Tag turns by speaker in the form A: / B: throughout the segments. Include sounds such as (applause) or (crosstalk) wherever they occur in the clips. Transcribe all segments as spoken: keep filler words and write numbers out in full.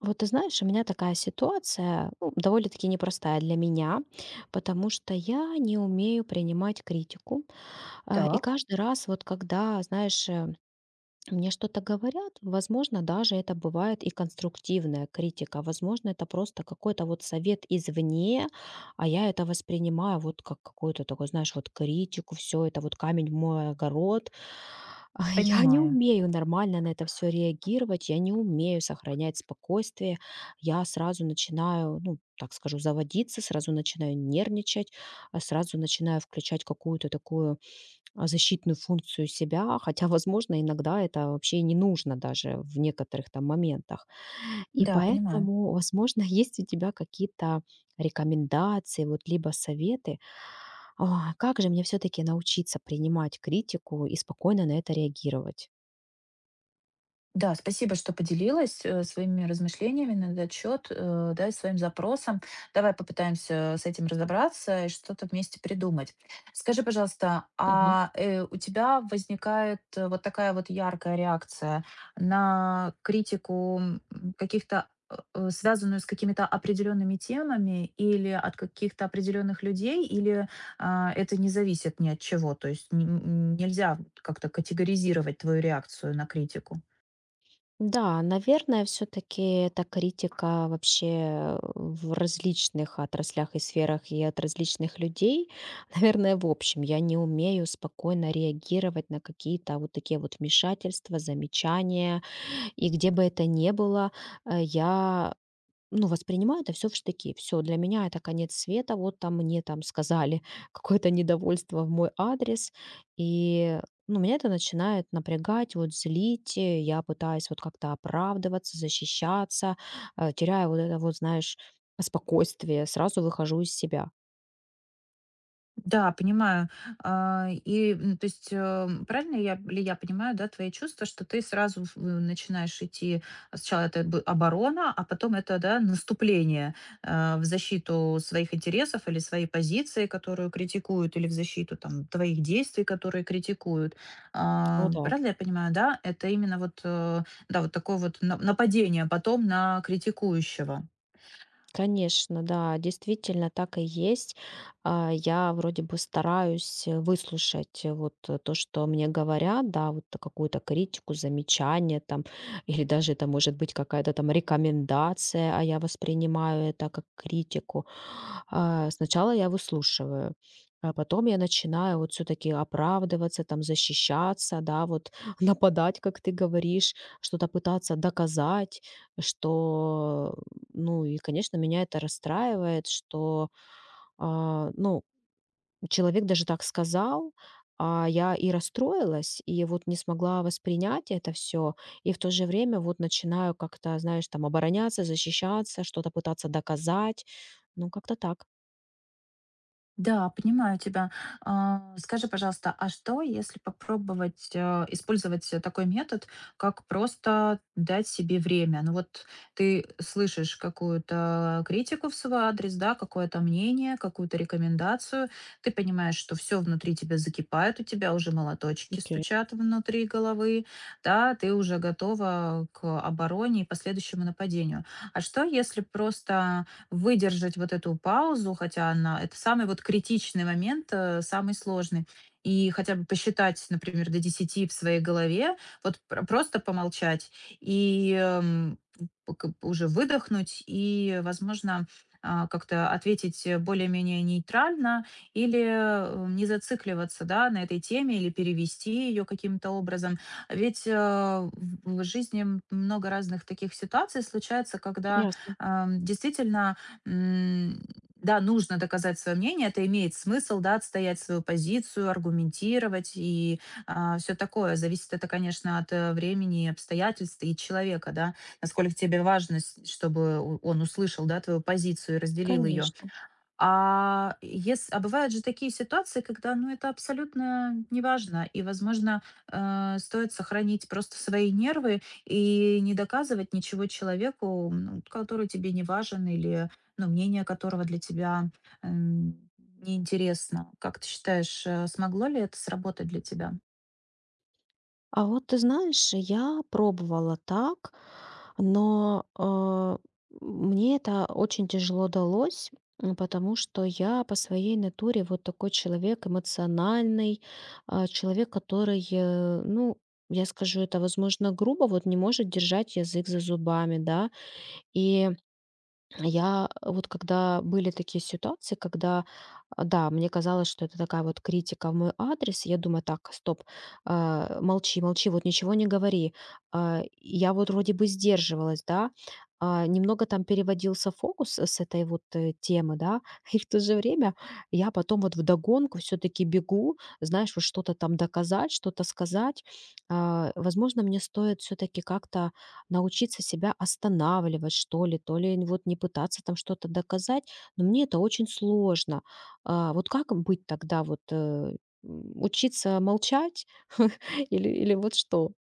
A: Вот ты знаешь, у меня такая ситуация, ну, довольно-таки непростая для меня, потому что я не умею принимать критику. А, И
B: Так,
A: каждый раз, вот когда, знаешь, э, мне что-то говорят, возможно, даже это бывает и конструктивная критика, возможно, это просто какой-то вот совет извне, а я это воспринимаю вот как какую-то такую, знаешь, вот критику, все это вот камень в мой огород. А (laughs) Я не
B: понимаю.
A: умею нормально на это все реагировать, я не умею сохранять спокойствие, я сразу начинаю, ну, так скажу, заводиться, сразу начинаю нервничать, а сразу начинаю включать какую-то такую а, защитную функцию себя, хотя, возможно, иногда это вообще и не нужно даже в некоторых там моментах. И
B: Да, понимаю.
A: поэтому, возможно, (laughs) есть у тебя какие-то рекомендации, вот либо советы, а, как же мне все-таки научиться принимать критику и спокойно на это реагировать?
B: Да, спасибо, что поделилась э, своими размышлениями на этот счет, э, да, и своим запросом. Давай попытаемся с этим разобраться и что-то вместе придумать. Скажи, пожалуйста, а э, у тебя возникает э, вот такая вот яркая реакция на критику м, каких-то э, э, связанную с какими-то определенными темами или от каких-то определенных людей, или а, это не зависит ни от чего, то есть н- н- нельзя как-то категоризировать твою реакцию на критику.
A: Да, наверное, все-таки эта критика вообще в различных отраслях и сферах и от различных людей. (laughs) Наверное, в общем, я не умею спокойно реагировать на какие-то вот такие вот вмешательства, замечания. И где бы это ни было, э, я, ну, воспринимаю это все в штыки. Все для меня это конец света. Вот там мне там сказали (laughs) какое-то недовольство в мой адрес. И, ну, меня это начинает напрягать, вот злить. Э, я пытаюсь вот как-то оправдываться, защищаться, э, теряю вот это вот, знаешь, спокойствие, сразу выхожу из себя.
B: Да, понимаю. А, И, м, то есть, э, правильно я, ли я понимаю, да, твои чувства, что ты сразу в- начинаешь идти, а, сначала это бы оборона, а потом это, да, наступление э, в защиту своих интересов или своей позиции, которую критикуют, или в защиту, там, твоих действий, которые критикуют.
A: Ну
B: А,
A: да.
B: Правильно я понимаю, да, это именно вот, э, да, вот такое вот на- нападение потом на критикующего.
A: Конечно, да, действительно так и есть. А, Я вроде бы стараюсь э, выслушать э, вот э, то, что мне говорят, да, вот э, какую-то критику, замечание там, (laughs) или даже это может быть какая-то там рекомендация, а я воспринимаю это как критику. А, Сначала я выслушиваю, а потом я начинаю вот все-таки оправдываться, там защищаться, да, вот (laughs) нападать, как ты говоришь, что-то пытаться доказать, что. Ну и, конечно, меня это расстраивает, что, а, ну, человек даже так сказал, а я и расстроилась, и вот не смогла воспринять это все. И в то же время вот начинаю как-то, знаешь, там обороняться, защищаться, что-то пытаться доказать. Ну, как-то так.
B: Да, понимаю тебя. А, Скажи, пожалуйста, а что, если попробовать э, использовать э, такой метод, как просто дать себе время? Ну вот ты слышишь какую-то критику в свой адрес, да, какое-то мнение, какую-то рекомендацию, ты понимаешь, что все внутри тебя закипает, у тебя уже молоточки
A: Окей.
B: стучат внутри головы, да, ты уже готова к обороне и последующему нападению. А что, если просто выдержать вот эту паузу, хотя она это самый вот критичный момент, э, самый сложный. И хотя бы посчитать, например, до десяти в своей голове, вот пр- просто помолчать и эм, к- уже выдохнуть и, возможно, а, как-то ответить э, более-менее нейтрально или э, не зацикливаться да, на этой теме или перевести ее каким-то образом. Ведь э, в в жизни м- много разных таких ситуаций случается, когда
A: Ясно.
B: ам, действительно М, да, нужно доказать свое мнение, это имеет смысл, да, отстоять свою позицию, аргументировать и все такое. Зависит это, конечно, от э, времени, обстоятельств и человека, да, насколько тебе важно, с- чтобы у- он услышал, да, твою позицию и разделил ее.
A: Конечно.
B: А, ес а бывают же такие ситуации, когда, ну, это абсолютно неважно, и, возможно, э, стоит сохранить просто свои нервы и не доказывать ничего человеку, ну, который тебе не важен или, ну, мнение которого для тебя, эм, неинтересно. Как ты считаешь, э, смогло ли это сработать для тебя?
A: А вот ты знаешь, я пробовала так, но, а, мне это очень тяжело далось, м, потому что я по своей натуре вот такой человек эмоциональный, а, человек, который, э, ну, я скажу это, возможно, грубо, вот не может держать язык за зубами, да. И я, э, вот когда были такие ситуации, когда, а, да, мне казалось, что это такая вот критика в мой адрес, я думаю, так, стоп, а, молчи, молчи, вот ничего не говори. А, Я вот вроде бы сдерживалась, да, а, немного там переводился фокус с этой вот э, темы, да, (laughs) и в то же время я потом вот вдогонку все-таки бегу, знаешь, вот что-то там доказать, что-то сказать. А, Возможно, мне стоит все-таки как-то научиться себя останавливать, что ли, то ли вот не пытаться там что-то доказать, но мне это очень сложно. А, вот как быть тогда, вот э, м, учиться молчать (laughs) или, или вот что?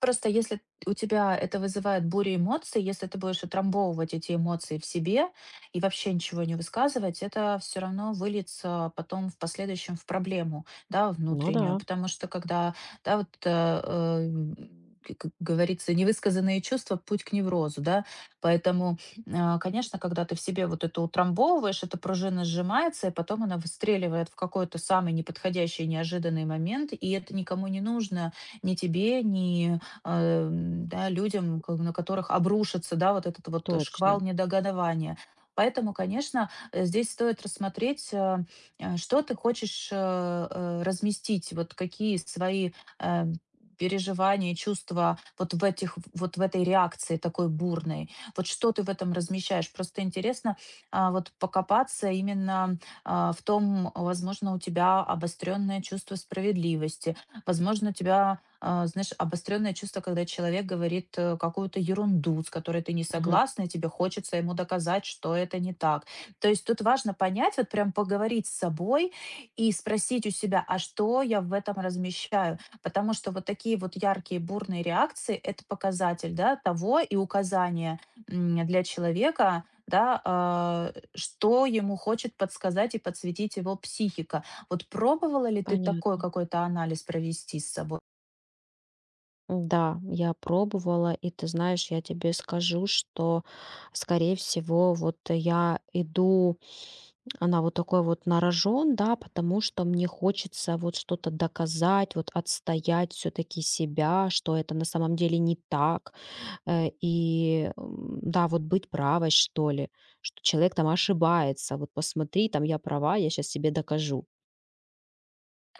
B: Просто если у тебя это вызывает бурю эмоций, если ты будешь утрамбовывать эти эмоции в себе и вообще ничего не высказывать, это все равно выльется потом в последующем в проблему, да,
A: Ну
B: внутреннюю.
A: да,
B: Потому что когда, да, вот э, э, м, к- как говорится, невысказанные чувства– путь к неврозу, да. Поэтому, а, конечно, когда ты в себе вот это утрамбовываешь, эта пружина сжимается, и потом она выстреливает в какой-то самый неподходящий, неожиданный момент, и это никому не нужно, ни тебе, ни эм, да, людям, ко- на которых обрушится, да, вот этот вот шквал
A: точно.
B: недогадования. Поэтому, конечно, э, здесь стоит рассмотреть, э, э, что ты хочешь э, э, разместить, вот какие свои э, переживания, чувства вот в этих, вот в этой реакции такой бурной. Вот что ты в этом размещаешь? Просто интересно а, вот покопаться именно а, в том, возможно, у тебя обостренное чувство справедливости, возможно, у тебя а, знаешь, обостренное чувство, когда человек говорит э, какую-то ерунду, с которой ты не
A: Мгм.
B: согласна, и тебе хочется ему доказать, что это не так. То есть тут важно понять, вот прям поговорить с собой и спросить у себя, а что я в этом размещаю? Потому что вот такие вот яркие, бурные реакции– это показатель да, того и указание м, для человека, да, а, что ему хочет подсказать и подсветить его психика. Вот пробовала ли ты такой
A: Понятно.
B: какой-то анализ провести с собой?
A: Да, я пробовала, и ты знаешь, я тебе скажу, что, скорее всего, вот я иду. Она вот такой вот на рожон, да, потому что мне хочется вот что-то доказать, вот отстоять все таки себя, что это на самом деле не так. Э, и, м, да, вот быть правой, что ли, что человек там ошибается. Вот посмотри, там я права, я сейчас себе докажу.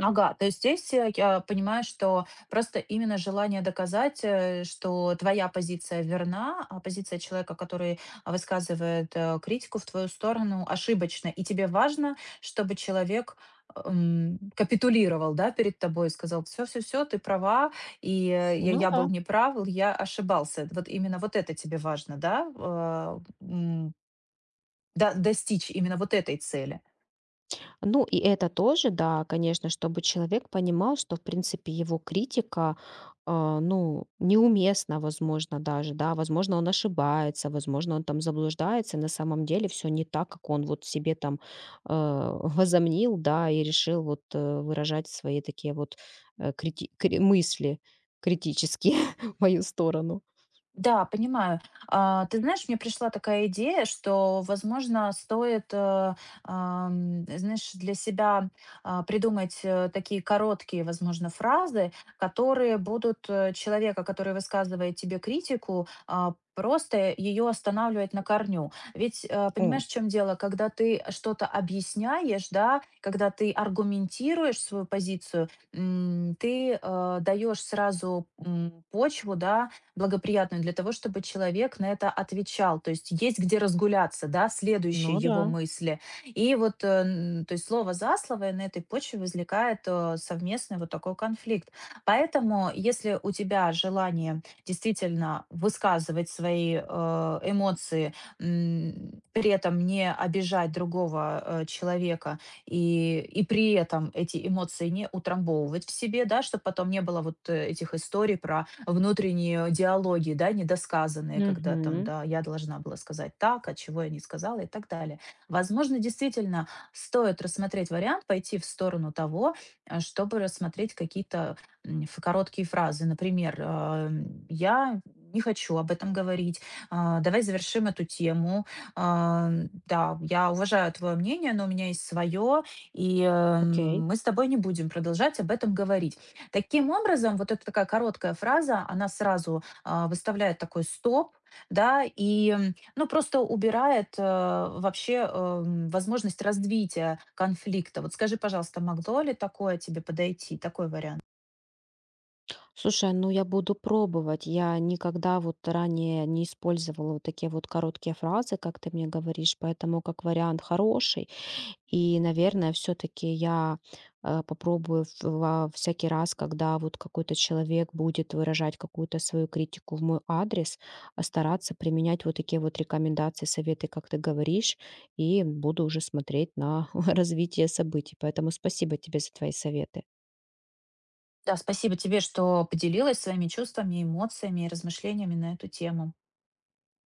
B: Ага, то есть здесь э, я понимаю, что просто именно желание доказать, э, что твоя позиция верна, а позиция человека, который а, высказывает э, критику в твою сторону, ошибочна. И тебе важно, чтобы человек эм, капитулировал да, перед тобой и сказал, все-все-все, ты права, и э, я,
A: Ну
B: я был
A: да.
B: неправ, я ошибался. Вот именно вот это тебе важно, да, э, м, да- достичь именно вот этой цели.
A: Ну, и это тоже, да, конечно, чтобы человек понимал, что, в принципе, его критика, а, ну, неуместна, возможно, даже, да, возможно, он ошибается, возможно, он там заблуждается, на самом деле все не так, как он вот себе там э, (laughs) возомнил, да, и решил вот э, выражать свои такие вот э, крити- кри- мысли критические (laughs) в мою сторону.
B: Да, понимаю. А, ты знаешь, мне пришла такая идея, что, возможно, стоит, э, ам, знаешь, для себя а, придумать э, такие короткие, возможно, фразы, которые будут э, человека, который высказывает тебе критику, а, просто ее останавливать на корню. Ведь э,
A: О,
B: понимаешь, в чем дело, когда ты что-то объясняешь, да, когда ты аргументируешь свою позицию, м, ты э, даешь сразу м, почву, да, благоприятную для того, чтобы человек на это отвечал. То есть есть где разгуляться, да, следующие
A: ну
B: его
A: да.
B: мысли. И вот, э, н- то есть слово за слово и на этой почве возникает э, совместный вот такой конфликт. Поэтому, если у тебя желание действительно высказывать свои э, эмоции, м, при этом не обижать другого э, человека и, и при этом эти эмоции не утрамбовывать в себе, да, чтобы потом не было вот э, этих историй про внутренние диалоги, да, недосказанные, когда там,
A: Угу.
B: да, я должна была сказать так, а чего я не сказала и так далее. Возможно, действительно стоит рассмотреть вариант, пойти в сторону того, э, чтобы рассмотреть какие-то м, ф- короткие фразы. Например, э, я не хочу об этом говорить, а, давай завершим эту тему. А, Да, я уважаю твое мнение, но у меня есть свое, и э,
A: Окей.
B: мы с тобой не будем продолжать об этом говорить. Таким образом, вот эта такая короткая фраза, она сразу, а, выставляет такой стоп, да, и, м, ну, просто убирает, э, вообще, эм, возможность развития конфликта. Вот скажи, пожалуйста, могло ли такое тебе подойти, такой вариант?
A: Слушай, ну я буду пробовать. Я никогда вот ранее не использовала вот такие вот короткие фразы, как ты мне говоришь, поэтому как вариант хороший. И, наверное, все-таки я э, попробую в- во всякий раз, когда вот какой-то человек будет выражать какую-то свою критику в мой адрес, а стараться применять вот такие вот рекомендации, советы, как ты говоришь, и буду уже смотреть на (laughs) развитие событий. Поэтому спасибо тебе за твои советы.
B: Да, спасибо тебе, что поделилась своими чувствами, эмоциями и размышлениями на эту тему.